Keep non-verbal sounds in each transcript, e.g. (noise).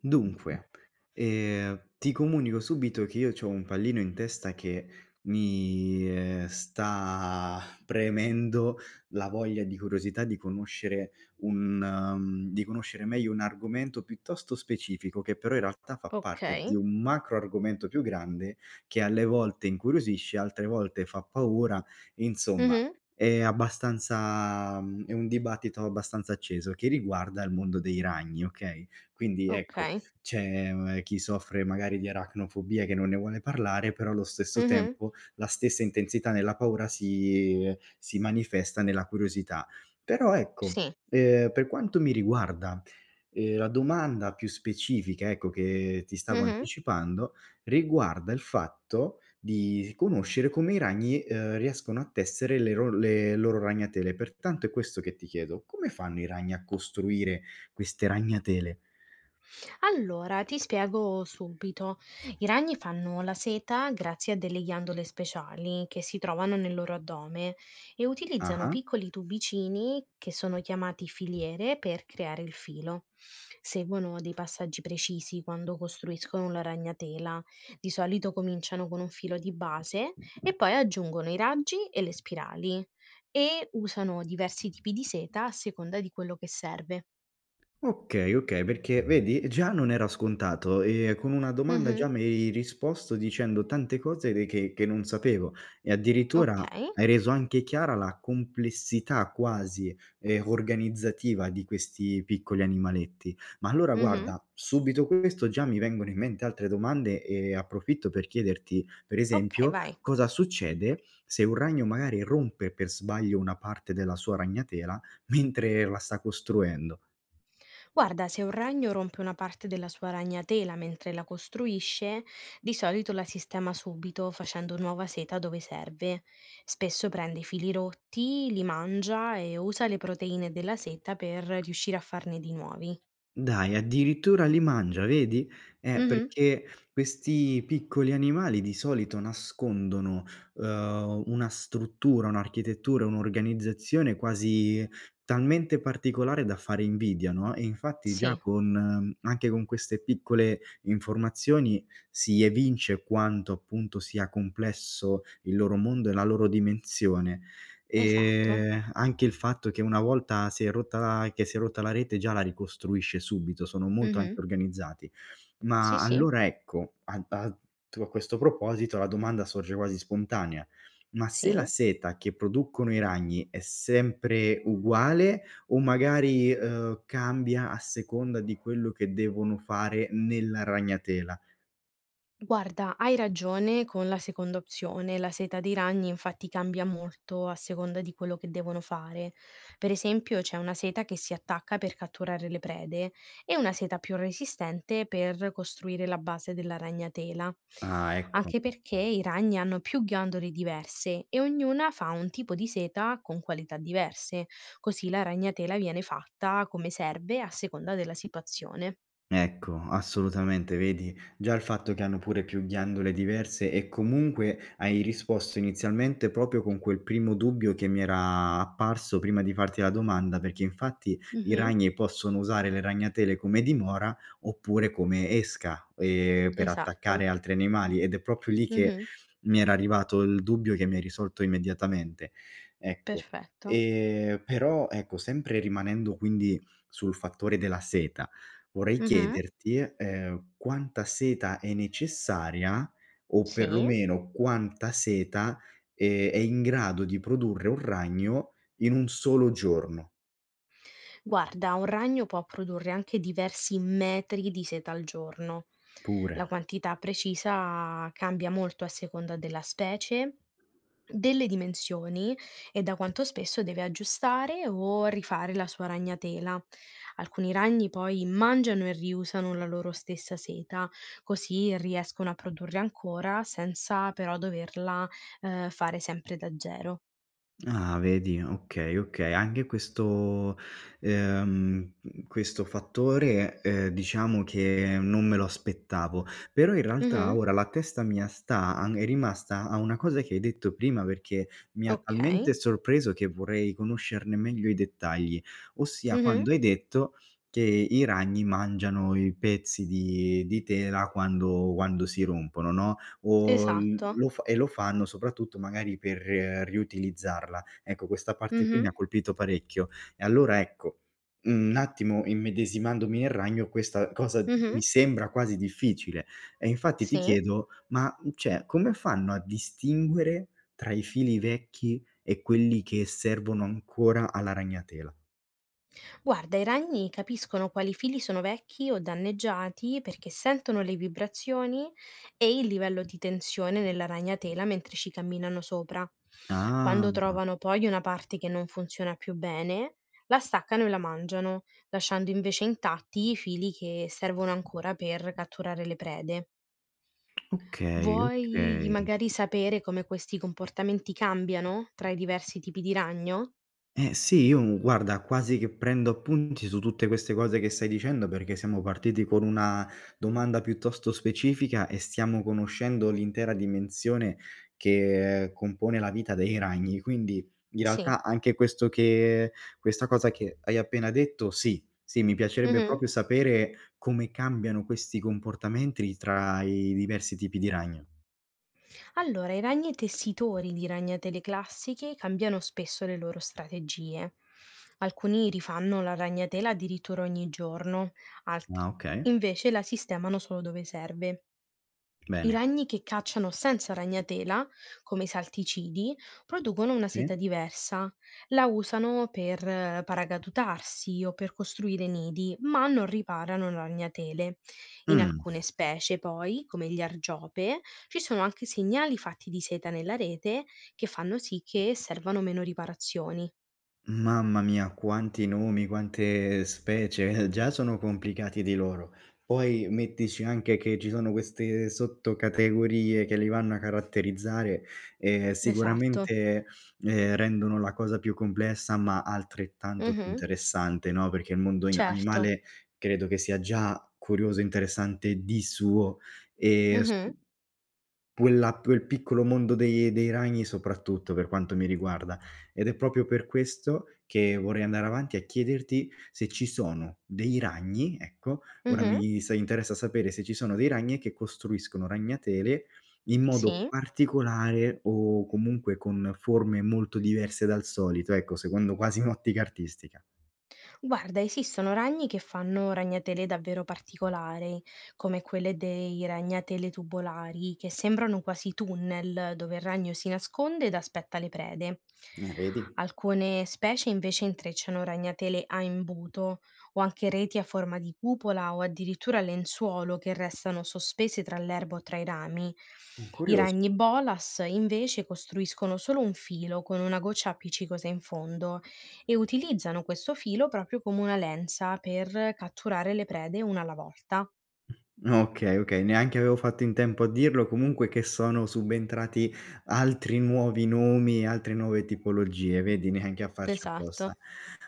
Dunque, ti comunico subito che io c'ho un pallino in testa che sta premendo la voglia di curiosità di conoscere di conoscere meglio un argomento piuttosto specifico, che però in realtà fa parte di Okay. un macro argomento più grande, che alle volte incuriosisce, altre volte fa paura, insomma Mh-mh. è abbastanza, è un dibattito abbastanza acceso che riguarda il mondo dei ragni, okay? Quindi ecco Okay. c'è, chi soffre magari di arachnofobia che non ne vuole parlare, però allo stesso Mh-mh. tempo la stessa intensità nella paura si manifesta nella curiosità. Però ecco, Sì. Per quanto mi riguarda, la domanda più specifica, ecco, che ti stavo Mh-mh. anticipando, riguarda il fatto di conoscere come i ragni, riescono a tessere le loro ragnatele. Pertanto è questo che ti chiedo: come fanno i ragni a costruire queste ragnatele? Allora, ti spiego subito. I ragni fanno la seta grazie a delle ghiandole speciali che si trovano nel loro addome e utilizzano Ah-ah. piccoli tubicini che sono chiamati filiere per creare il filo. Seguono dei passaggi precisi quando costruiscono la ragnatela. Di solito cominciano con un filo di base e poi aggiungono i raggi e le spirali e usano diversi tipi di seta a seconda di quello che serve. Okay, okay, perché vedi già non era scontato e con una domanda già Mhm. mi hai risposto dicendo tante cose de che non sapevo e Ok. addirittura hai reso anche chiara la complessità quasi, organizzativa di questi piccoli animaletti. Ma allora Mhm. guarda, subito questo già mi vengono in mente altre domande e approfitto per chiederti, per Okay, esempio, vai. cosa succede se un ragno magari rompe per sbaglio una parte della sua ragnatela mentre la sta costruendo? Guarda, se un ragno rompe una parte della sua ragnatela mentre la costruisce, di solito la sistema subito facendo nuova seta dove serve. Spesso prende i fili rotti, li mangia e usa le proteine della seta per riuscire a farne di nuovi. Dai, addirittura li mangia, vedi? Mh-mh. Perché questi piccoli animali di solito nascondono, una struttura, un'architettura, un'organizzazione quasi talmente particolare da fare invidia, no, e infatti già Sì, con anche con queste piccole informazioni si evince quanto appunto sia complesso il loro mondo e la loro dimensione. esatto. Anche il fatto che una volta si è rotta che si è rotta la rete già la ricostruisce subito, sono molto Mh-mh. anche organizzati. Sì, Ma sì. allora ecco, a a tu a questo proposito la domanda sorge quasi spontanea: ma se la Sì. seta che producono i ragni è sempre uguale o magari, cambia a seconda di quello che devono fare nella ragnatela? Guarda, hai ragione con la seconda opzione, la seta dei ragni infatti cambia molto a seconda di quello che devono fare. Per esempio, c'è una seta che si attacca per catturare le prede e una seta più resistente per costruire la base della ragnatela. Ah, ecco. Anche perché i ragni hanno più ghiandole diverse e ognuna fa un tipo di seta con qualità diverse, così la ragnatela viene fatta come serve a seconda della situazione. Ecco, assolutamente, vedi, già il fatto che hanno pure più ghiandole diverse e comunque hai risposto inizialmente proprio con quel primo dubbio che mi era apparso prima di farti la domanda, perché infatti i Mhm. ragni possono usare le ragnatele come dimora oppure come esca, per Esatto. attaccare altri animali ed è proprio lì che Mhm. mi era arrivato il dubbio che mi hai risolto immediatamente. Ecco, Perfetto. Però ecco, sempre rimanendo quindi sul fattore della seta vorrei Mh-mh. chiederti, quanta seta è necessaria o Sì. perlomeno quanta seta, è in grado di produrre un ragno in un solo giorno? Guarda, un ragno può produrre anche diversi metri di seta al giorno. Pure. La quantità precisa cambia molto a seconda della specie, delle dimensioni e da quanto spesso deve aggiustare o rifare la sua ragnatela. Alcuni ragni poi mangiano e riusano la loro stessa seta, così riescono a produrre ancora senza però doverla, fare sempre da zero. Ah vedi, okay, okay. Anche questo questo fattore, diciamo che non me lo aspettavo. Però in realtà Mh-mh. ora la testa mia sta an è rimasta a una cosa che hai detto prima, perché mi ha Okay. talmente sorpreso che vorrei conoscerne meglio i dettagli, ossia Mh-mh. quando hai detto che i ragni mangiano i pezzi di tela quando si rompono, no, o l Esatto. lo fa e lo fanno soprattutto magari per riutilizzarla. Ecco, questa parte qui mi Mh-mh. ha colpito parecchio. E allora ecco, un attimo immedesimandomi nel ragno, questa cosa mi Mh-mh. sembra quasi difficile. E infatti ti Sì. chiedo, cioè, come fanno a distinguere tra i fili vecchi e quelli che servono ancora alla ragnatela? Guarda, i ragni capiscono quali fili sono vecchi o danneggiati perché sentono le vibrazioni e il livello di tensione nella ragnatela mentre ci camminano sopra. Ah, Quando trovano poi una parte che non funziona più bene, la staccano e la mangiano, lasciando invece intatti i fili che servono ancora per catturare le prede. okay, Vuoi okay. magari sapere come questi comportamenti cambiano tra i diversi tipi di ragno? Eh sì, io, guarda quasi che prendo appunti su tutte queste cose che stai dicendo, perché siamo partiti con una domanda piuttosto specifica e stiamo conoscendo l'intera dimensione che compone la vita dei ragni. Quindi in Sì. realtà anche questo che questa cosa che hai appena detto, sì, sì, mi piacerebbe Mhm. proprio sapere come cambiano questi comportamenti tra i diversi tipi di ragno. Allora, i ragni tessitori di ragnatele classiche cambiano spesso le loro strategie. Alcuni rifanno la ragnatela addirittura ogni giorno, altri Ah okay, invece la sistemano solo dove serve. I bene. ragni che cacciano senza ragnatela, come i salticidi, producono una Sì. seta diversa. La usano per paracadutarsi o per costruire nidi, ma non riparano ragnatele. In Mh. alcune specie, poi, come gli argiope, ci sono anche segnali fatti di seta nella rete che fanno sì che servano meno riparazioni. Mamma mia, quanti nomi, quante specie, (laughs) già sono complicati di loro. Poi mettici anche che ci sono queste sottocategorie che li vanno a caratterizzare e Esatto. sicuramente, rendono la cosa più complessa, ma altrettanto più Mhm. interessante, no, perché il mondo in Certo. animale credo che sia già curioso e interessante di suo, e s Mhm. quella quel piccolo mondo dei ragni soprattutto, per quanto mi riguarda. Ed è proprio per questo che vorrei andare avanti a chiederti se ci sono dei ragni, ecco, ora Mhm. mi sa interessa sapere se ci sono dei ragni che costruiscono ragnatele in modo Sì. particolare o comunque con forme molto diverse dal solito, ecco, secondo quasi (laughs) un'ottica artistica. Guarda, esistono ragni che fanno ragnatele davvero particolari, come quelle dei ragnatele tubolari, che sembrano quasi tunnel dove il ragno si nasconde ed aspetta le prede. Vedi? Alcune specie invece intrecciano ragnatele a imbuto o anche reti a forma di cupola o addirittura lenzuolo che restano sospese tra l'erba o tra i rami. I Curioso. ragni bolas invece costruiscono solo un filo con una goccia appiccicosa in fondo e utilizzano questo filo proprio come una lenza per catturare le prede una alla volta. Okay, okay, neanche avevo fatto in tempo a dirlo, comunque che sono subentrati altri nuovi nomi, altre nuove tipologie, vedi neanche a farci apposta. Esatto.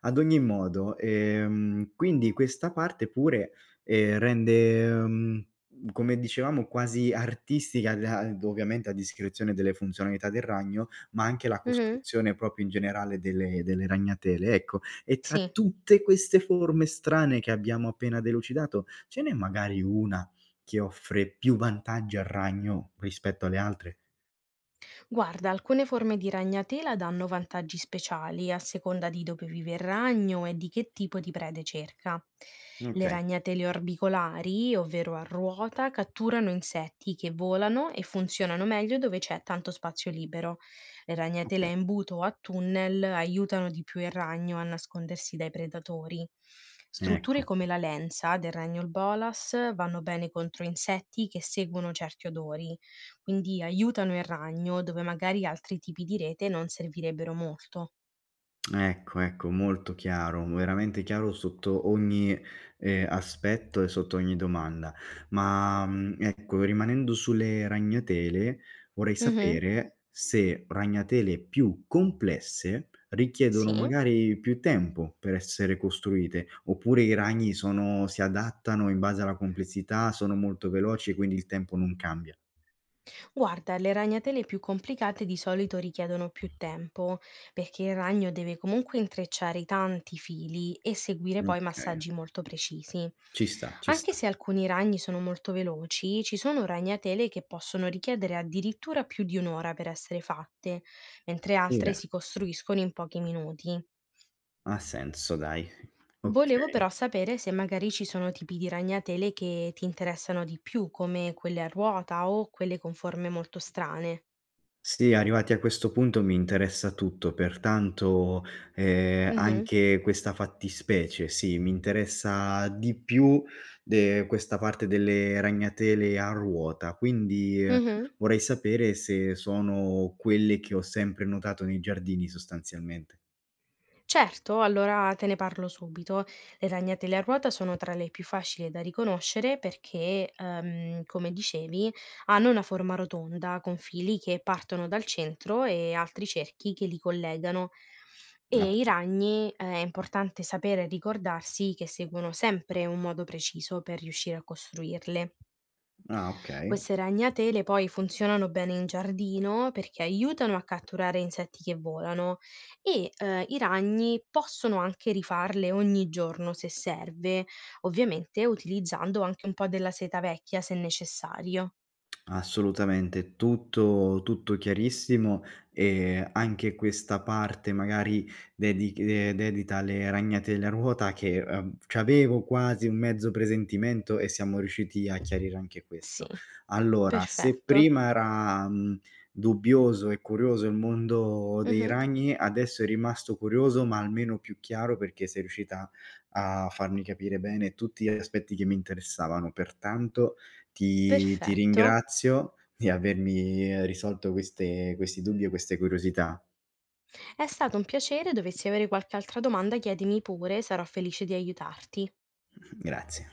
Ad ogni modo, quindi questa parte pure, rende, come dicevamo quasi artistica la ovviamente a discrezione delle funzionalità del ragno, ma anche la Mh-mh. costruzione proprio in generale delle ragnatele, ecco. E tra Sì. tutte queste forme strane che abbiamo appena delucidato, ce n'è magari una che offre più vantaggi al ragno rispetto alle altre? Guarda, alcune forme di ragnatela danno vantaggi speciali a seconda di dove vive il ragno e di che tipo di prede cerca. Le Okay, ragnatele orbicolari, ovvero a ruota, catturano insetti che volano e funzionano meglio dove c'è tanto spazio libero. Le ragnatele okay. a imbuto o a tunnel aiutano di più il ragno a nascondersi dai predatori. Ecco. Strutture come la lenza del ragno bolas vanno bene contro insetti che seguono certi odori, quindi aiutano il ragno dove magari altri tipi di rete non servirebbero molto. Ecco, ecco, molto chiaro, veramente chiaro sotto ogni, aspetto e sotto ogni domanda. Ecco, rimanendo sulle ragnatele, vorrei Mhm. sapere se ragnatele più complesse Sì, richiedono magari più tempo per essere costruite, oppure i ragni sono si adattano in base alla complessità, sono molto veloci e quindi il tempo non cambia. guarda, le ragnatele più complicate di solito richiedono più tempo, perché il ragno deve comunque intrecciare tanti fili e seguire poi Okay, massaggi molto precisi. ci sta, ci Anche sta. se alcuni ragni sono molto veloci, ci sono ragnatele che possono richiedere addirittura più di un'ora per essere fatte, mentre altre Pure si costruiscono in pochi minuti. ha senso dai, Volevo okay. però sapere se magari ci sono tipi di ragnatele che ti interessano di più, come quelle a ruota o quelle con forme molto strane. Sì, arrivati a questo punto mi interessa tutto, pertanto, Mhm, anche questa fattispecie, sì, mi interessa di più de questa parte delle ragnatele a ruota, quindi mhm. vorrei sapere se sono quelle che ho sempre notato nei giardini sostanzialmente. Certo, allora te ne parlo subito. Le ragnatele a ruota sono tra le più facili da riconoscere perché, come dicevi, hanno una forma rotonda con fili che partono dal centro e altri cerchi che li collegano. Ah, E i ragni, è importante sapere e ricordarsi che seguono sempre un modo preciso per riuscire a costruirle. ah okay. Queste ragnatele poi funzionano bene in giardino perché aiutano a catturare insetti che volano e i ragni possono anche rifarle ogni giorno se serve, ovviamente utilizzando anche un po' della seta vecchia se necessario. Assolutamente, tutto chiarissimo e anche questa parte magari dedita alle ragnate della ruota che, c'avevo quasi un mezzo presentimento e siamo riusciti a chiarire anche Sì, questo. Allora, se perfetto. prima era, dubbioso e curioso il mondo dei Mhm. ragni, adesso è rimasto curioso, ma almeno più chiaro perché sei riuscita a farmi capire bene tutti gli aspetti che mi interessavano. Pertanto ti Perfetto. ringrazio di avermi risolto queste questi dubbi e queste curiosità. È stato un piacere, dovessi avere qualche altra domanda chiedimi pure, sarò felice di aiutarti. Grazie.